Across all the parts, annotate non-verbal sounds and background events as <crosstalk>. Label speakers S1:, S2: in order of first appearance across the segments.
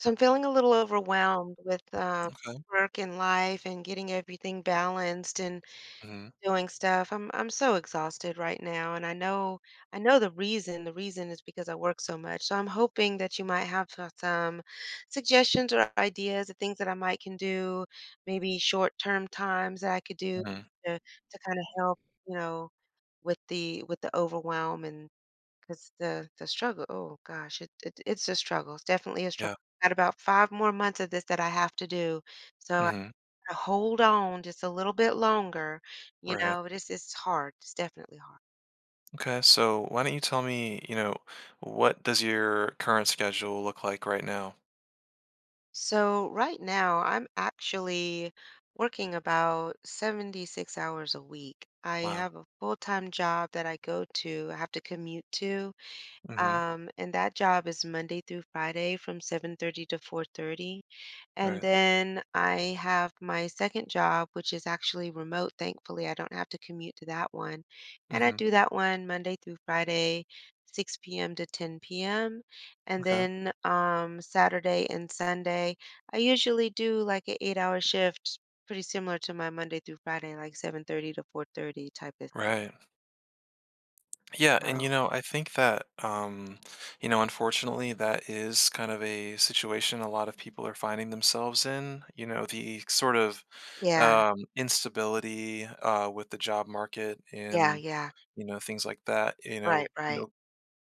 S1: So I'm feeling a little overwhelmed with
S2: Okay.
S1: work and life and getting everything balanced and
S2: Mhm.
S1: doing stuff. I'm so exhausted right now, and I know the reason. The reason is because I work so much. So I'm hoping that you might have some suggestions or ideas of things that I might can do, maybe short-term times that I could do
S2: Mhm.
S1: to to kind of help, you know, with the overwhelm, and it's the struggle. Oh gosh, it's a struggle. It's definitely a struggle.
S2: Yeah.
S1: Got about five more months of this that I have to do, so I
S2: Mhm.
S1: gotta hold on just a little bit longer. You
S2: Right.
S1: know, but it's hard. It's definitely hard.
S2: Okay. So why don't you tell me, you know, what does your current schedule look like right now?
S1: So right now, I'm actually working about 76 hours a week. I
S2: Wow.
S1: have a full-time job that I go to. I have to commute to,
S2: Mhm.
S1: and that job is Monday through Friday from 7:30 to 4:30. And
S2: Right.
S1: then I have my second job, which is actually remote. Thankfully, I don't have to commute to that one. And I
S2: Mhm.
S1: do that one Monday through Friday, 6 p.m. to 10 p.m. And
S2: Okay.
S1: then Saturday and Sunday, I usually do like an 8 hour shift, pretty similar to my Monday through Friday, like 7:30 to 4:30 type of thing.
S2: Right. Yeah, and
S1: So,
S2: you know, I think that you know, unfortunately that is kind of a situation a lot of people are finding themselves in, you know, the sort of
S1: yeah,
S2: instability with the job market
S1: yeah,
S2: and
S1: yeah.
S2: you know things like that, you
S1: Right,
S2: know, you
S1: right.
S2: know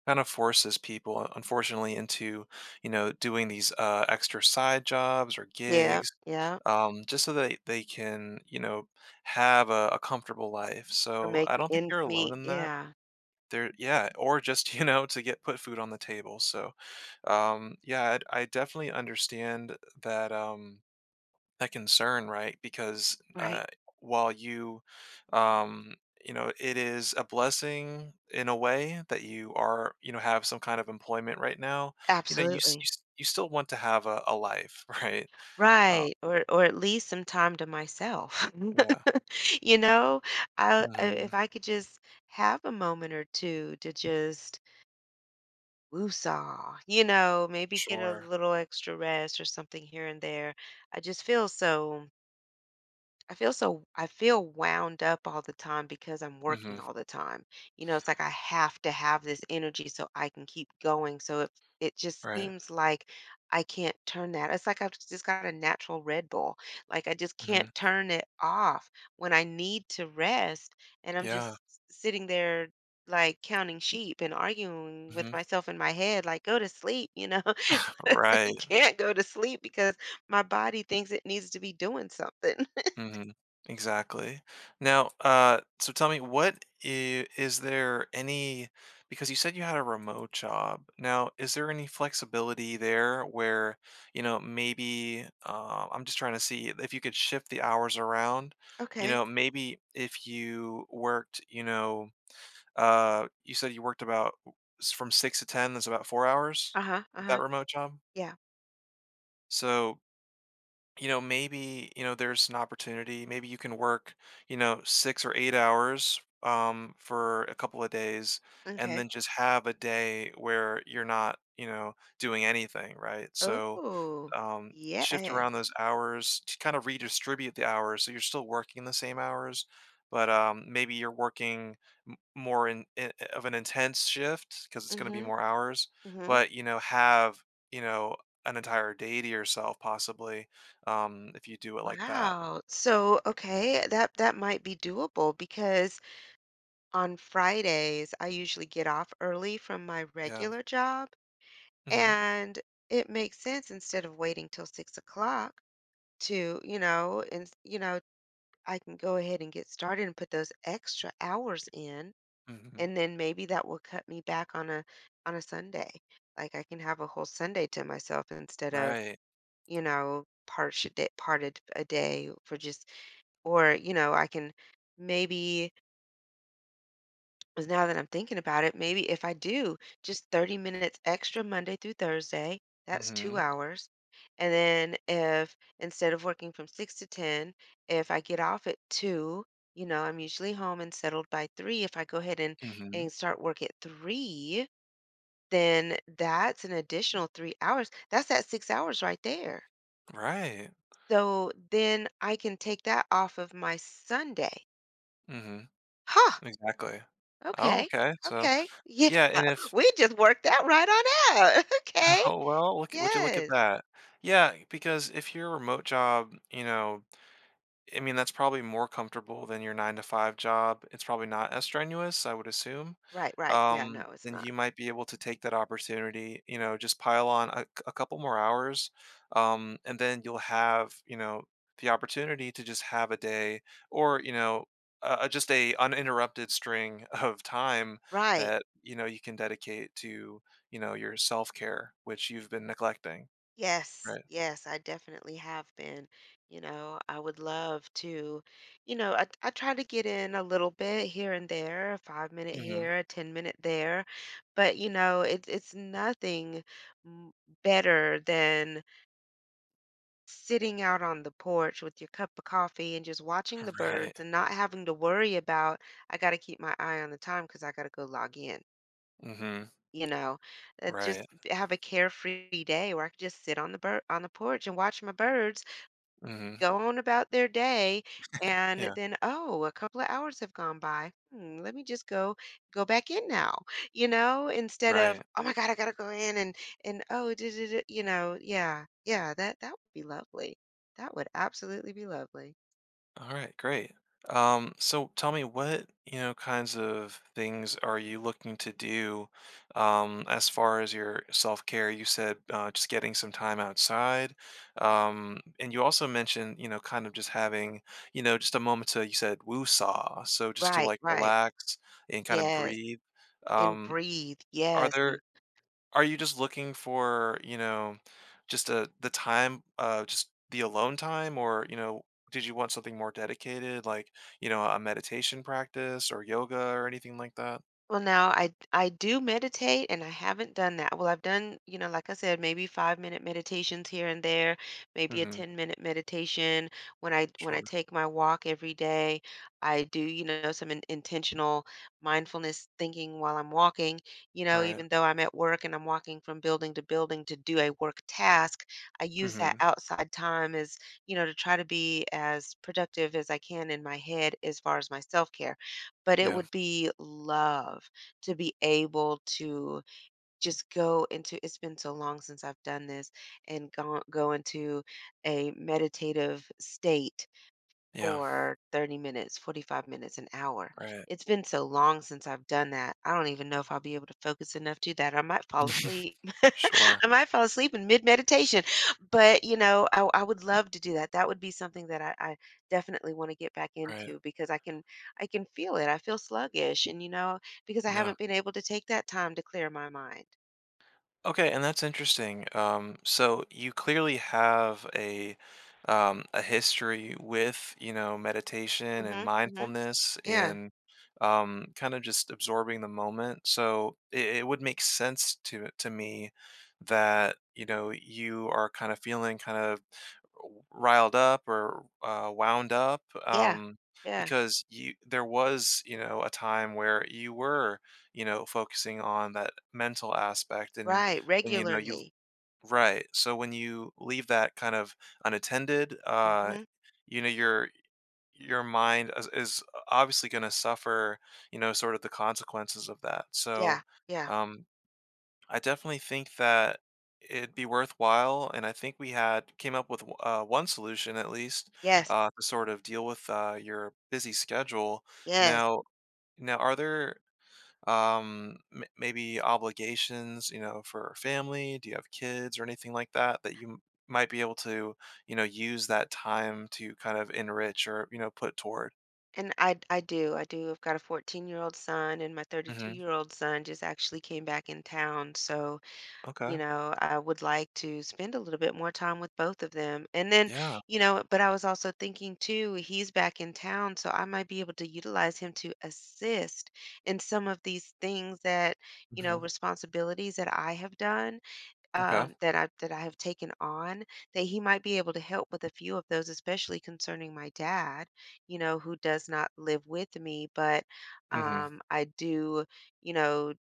S2: kind of forces people, unfortunately, into, you know, doing these, extra side jobs or
S1: Yeah,
S2: gigs,
S1: yeah.
S2: just so that they can, you know, have a comfortable life,
S1: Or
S2: so
S1: make
S2: I don't think
S1: ends
S2: you're alone
S1: meet.
S2: in that.
S1: Yeah,
S2: There, yeah, or just, <laughs> you know, to get put food on the table, so, yeah, I definitely understand that, that concern, right? Because
S1: right.
S2: while you, um, you know, it is a blessing in a way that you are, you know, have some kind of employment right now. You know,
S1: Absolutely.
S2: you still want to have a life, <laughs> right? Uh,
S1: Right, or at least some time to myself.
S2: yeah.
S1: <laughs> You know, I
S2: Hmm.
S1: if I could just have a moment or two to just woosah, maybe get a
S2: Sure.
S1: little extra rest or something here and there. I just feel I feel wound up all the time because I'm working
S2: Hmm.
S1: all the time. You know, it's like I have to have this energy so I can keep going. So it just
S2: Right.
S1: seems like I can't turn that. It's like I've just got a natural Red Bull. Like I just
S2: Hmm.
S1: can't turn it off when I need to rest, and I'm
S2: Yeah.
S1: just sitting there like counting sheep and arguing with
S2: Hmm.
S1: myself in my head like, go to sleep. <laughs> You
S2: Right.
S1: can't go to sleep because my body thinks it needs to be doing something.
S2: Mhm. Exactly. Now, so tell me, what is there any, because you said you had a remote job. Now, is there any flexibility there where, you know, maybe I'm just trying to see if you could shift the hours around? You
S1: Okay.
S2: know, maybe if you worked, you know, you said you worked about from six to 10, that's about 4 hours
S1: Uh-huh.
S2: with that
S1: Uh-huh.
S2: remote job.
S1: Yeah.
S2: So you know, maybe, you know, there's an opportunity. Maybe you can work, you know, 6 or 8 hours for a couple of days and
S1: Okay.
S2: then just have a day where you're not, you know, doing anything, right? So,
S1: Oh,
S2: shift
S1: yeah.
S2: around those hours to kind of redistribute the hours so you're still working the same hours but maybe you're working more in of an intense shift because it's going to be
S1: Mm-hmm.
S2: more hours
S1: Mm-hmm.
S2: but you know have you know an entire day to yourself possibly if you do it like that.
S1: Wow. So, okay, that might be doable because on Fridays I usually get off early from my
S2: Yeah.
S1: regular job,
S2: Hmm.
S1: and it makes sense instead of waiting till 6 o'clock to, I can go ahead and get started and put those extra hours in.
S2: Hmm.
S1: And then maybe that will cut me back on a Sunday. Like I can have a whole Sunday to myself instead of
S2: Right.
S1: part part a day for just, or I can maybe, 'cause now that I'm thinking about it, maybe if I do just 30 minutes extra Monday through Thursday, that's two
S2: Hmm.
S1: hours. And then if instead of working from six to 10, if I get off at two, I'm usually home and settled by three. If I go ahead and
S2: Hmm.
S1: start work at three, then that's an additional 3 hours. That's that 6 hours right there.
S2: Right.
S1: So then I can take that off of my Sunday.
S2: Hmm.
S1: Huh.
S2: Exactly. Oh,
S1: Okay.
S2: okay, so
S1: Okay. Yeah.
S2: yeah, and
S1: <laughs>
S2: if
S1: We just worked that right on out. <laughs> Okay.
S2: <laughs> oh, well, look at, would you look at
S1: Yes.
S2: that? Yeah, because if your remote job, you know, I mean, that's probably more comfortable than your 9 to 5 job. It's probably not as strenuous, I would assume.
S1: Right. Right. Yeah. No, it's
S2: Then
S1: not.
S2: you might be able to take that opportunity, you know, just pile on a couple more hours, and then you'll have, you know, the opportunity to just have a day or, you know, just a uninterrupted string <laughs> of time
S1: Right.
S2: that, you know, you can dedicate to, you know, your self-care, which you've been neglecting.
S1: Yes,
S2: Right.
S1: yes, I definitely have been. You know, I would love to. I try to get in a little bit here and there, a 5 minute
S2: Mm-hmm.
S1: here, a 10-minute there, but it's nothing m- better than sitting out on the porch with your cup of coffee and just watching the
S2: Right.
S1: birds and not having to worry about, I got to keep my eye on the time because I got to go log in.
S2: Mm-hmm.
S1: You know,
S2: Right.
S1: just have a carefree day where I could just sit on the bird on the porch and watch my birds
S2: Mm-hmm.
S1: go on about their day, and
S2: Yeah.
S1: then, oh, a couple of hours have gone by, let me just go back in now, instead of,
S2: Right.
S1: oh my god, I gotta go in, and oh, duh, duh, duh. You know, yeah, yeah, that would be lovely. That would absolutely be lovely.
S2: All right, great. So tell me what, you know, kinds of things are you looking to do as far as your self-care? You said just getting some time outside. And you also mentioned, you know, kind of just having, you know, just a moment to, you said woo-saw. So just to
S1: Right,
S2: like
S1: right.
S2: relax and kind of
S1: Yes.
S2: breathe.
S1: And
S2: Um,
S1: breathe,
S2: are
S1: yes,
S2: there,
S1: and
S2: are you just looking for, you know, just, a the time, just the alone time or, you know, did you want something more dedicated, like, you know, a meditation practice or yoga or anything like that?
S1: well, now I do meditate and I haven't done that. Well, I've done, like I said, maybe 5 minute meditations here and there, maybe a
S2: Mhm.
S1: 10-minute meditation. When I
S2: Sure.
S1: take my walk every day, I do, some intentional mindfulness thinking while I'm walking.
S2: Right.
S1: Even though I'm at work and I'm walking from building to building to do a work task, I
S2: Mm.
S1: use that
S2: Mhm.
S1: outside time as, to try to be as productive as I can in my head as far as my self-care, but it
S2: Yeah.
S1: would be love to be able to just go into, it's been so long since I've done this, and go into a meditative state
S2: Yeah.
S1: for 30 minutes, 45 minutes, an hour.
S2: Right.
S1: It's been so long since I've done that. I don't even know if I'll be able to focus enough to do that. I might fall
S2: <laughs>
S1: asleep. <laughs>
S2: Sure.
S1: I might fall asleep in mid meditation. But, I would love to do that. That would be something that I definitely want to get back
S2: Right.
S1: into because I can feel it. I feel sluggish, and because I
S2: Yeah.
S1: haven't been able to take that time to clear my mind.
S2: Okay, and that's interesting. So you clearly have a history with, you know, meditation and
S1: Mhm. Mhm.
S2: mindfulness
S1: Yeah.
S2: and kind of just absorbing the moment. So it would make sense to me that, you know, you are kind of feeling kind of riled up or, wound up,
S1: Yeah. Yeah.
S2: because you there was, you know, a time where you were, you know, focusing on that mental aspect
S1: Right.
S2: and, you know, you
S1: Regularly.
S2: right, so when you leave that kind of unattended,
S1: Mhm.
S2: you know, your mind is obviously gonna suffer, you know, sort of the consequences of that, so,
S1: Yeah. Yeah.
S2: um I definitely think that it'd be worthwhile, and I think we had came up with one solution at least
S1: Yes.
S2: to sort of deal with your busy schedule.
S1: Yes.
S2: Now, are there maybe obligations, you know, for family? Do you have kids or anything like that that you might be able to, you know, use that time to kind of enrich or you know put toward?
S1: And I do, I do. I've got a 14-year-old son, and my
S2: Hmm.
S1: 32-year-old son just actually came back in town, so,
S2: Okay.
S1: I would like to spend a little bit more time with both of them, and then,
S2: Yeah.
S1: but I was also thinking, too, he's back in town, so I might be able to utilize him to assist in some of these things that,
S2: Hmm.
S1: responsibilities that I have done,
S2: Okay.
S1: that I have taken on, that he might be able to help with a few of those, especially concerning my dad, who does not live with me. But
S2: Hmm.
S1: I do. you know,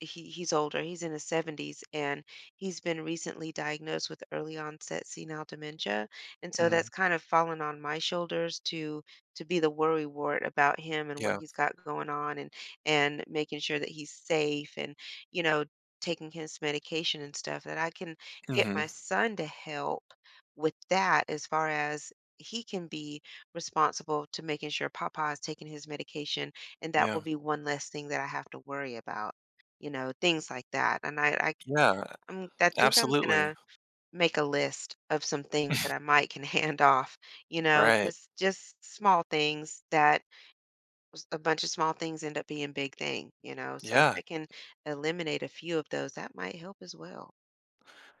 S1: he's older. He's in his 70s, and he's been recently diagnosed with early onset senile dementia. And so
S2: Hmm.
S1: that's kind of fallen on my shoulders to be the worry wart about him and what
S2: Yeah.
S1: he's got going on, and making sure that he's safe, and you know taking his medication, and stuff that I can get
S2: Hmm.
S1: my son to help with that, as far as he can be responsible to making sure Papa is taking his medication. And that will
S2: Yeah.
S1: be one less thing that I have to worry about. Things like that, and
S2: Yeah.
S1: I think I'm
S2: Absolutely.
S1: gonna make a list of some things that I might can <laughs> hand off,
S2: Right.
S1: just small things, that s a bunch of small things end up being big thing, so if
S2: Yeah.
S1: I can eliminate a few of those, that might help as well.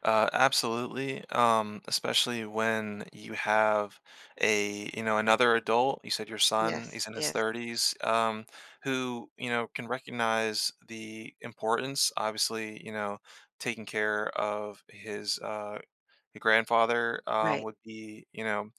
S2: Absolutely. Especially when you have a, you know, another adult, you said your son,
S1: Yes,
S2: he's in his
S1: yes,
S2: 30s, who, you know, can recognize the importance, obviously, you know, taking care of his your grandfather,
S1: right.
S2: would be, you know,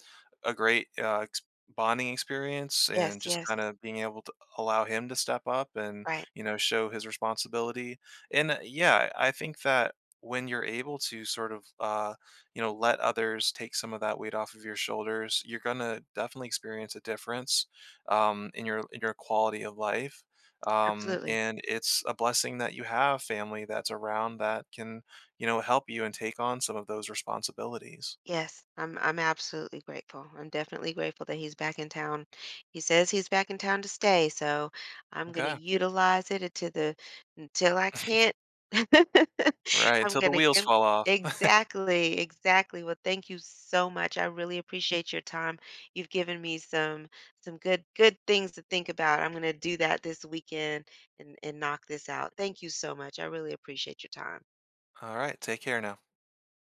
S2: a great, ex bonding experience
S1: Yes,
S2: and just
S1: yes,
S2: kinda being able to allow him to step up and,
S1: right,
S2: you know, show his responsibility, and, yeah, I think that when you're able to sort of, you know, let others take some of that weight off of your shoulders, you're gonna definitely experience a difference, in your quality of life,
S1: absolutely.
S2: and it's a blessing that you have family that's around that can you know, help you and take on some of those responsibilities.
S1: Yes, I'm absolutely grateful. I'm definitely grateful that he's back in town. He says he's back in town to stay, so I'm gonna
S2: Okay.
S1: utilize it to the until I can't.
S2: All
S1: <laughs>
S2: right.
S1: I'm
S2: Until the
S1: gonna
S2: wheels fall off.
S1: Exactly, exactly. Well, thank you so much. I really appreciate your time. You've given me some good things to think about. I'm gonna do that this weekend and knock this out. Thank you so much. I really appreciate your time.
S2: All right. Take care now.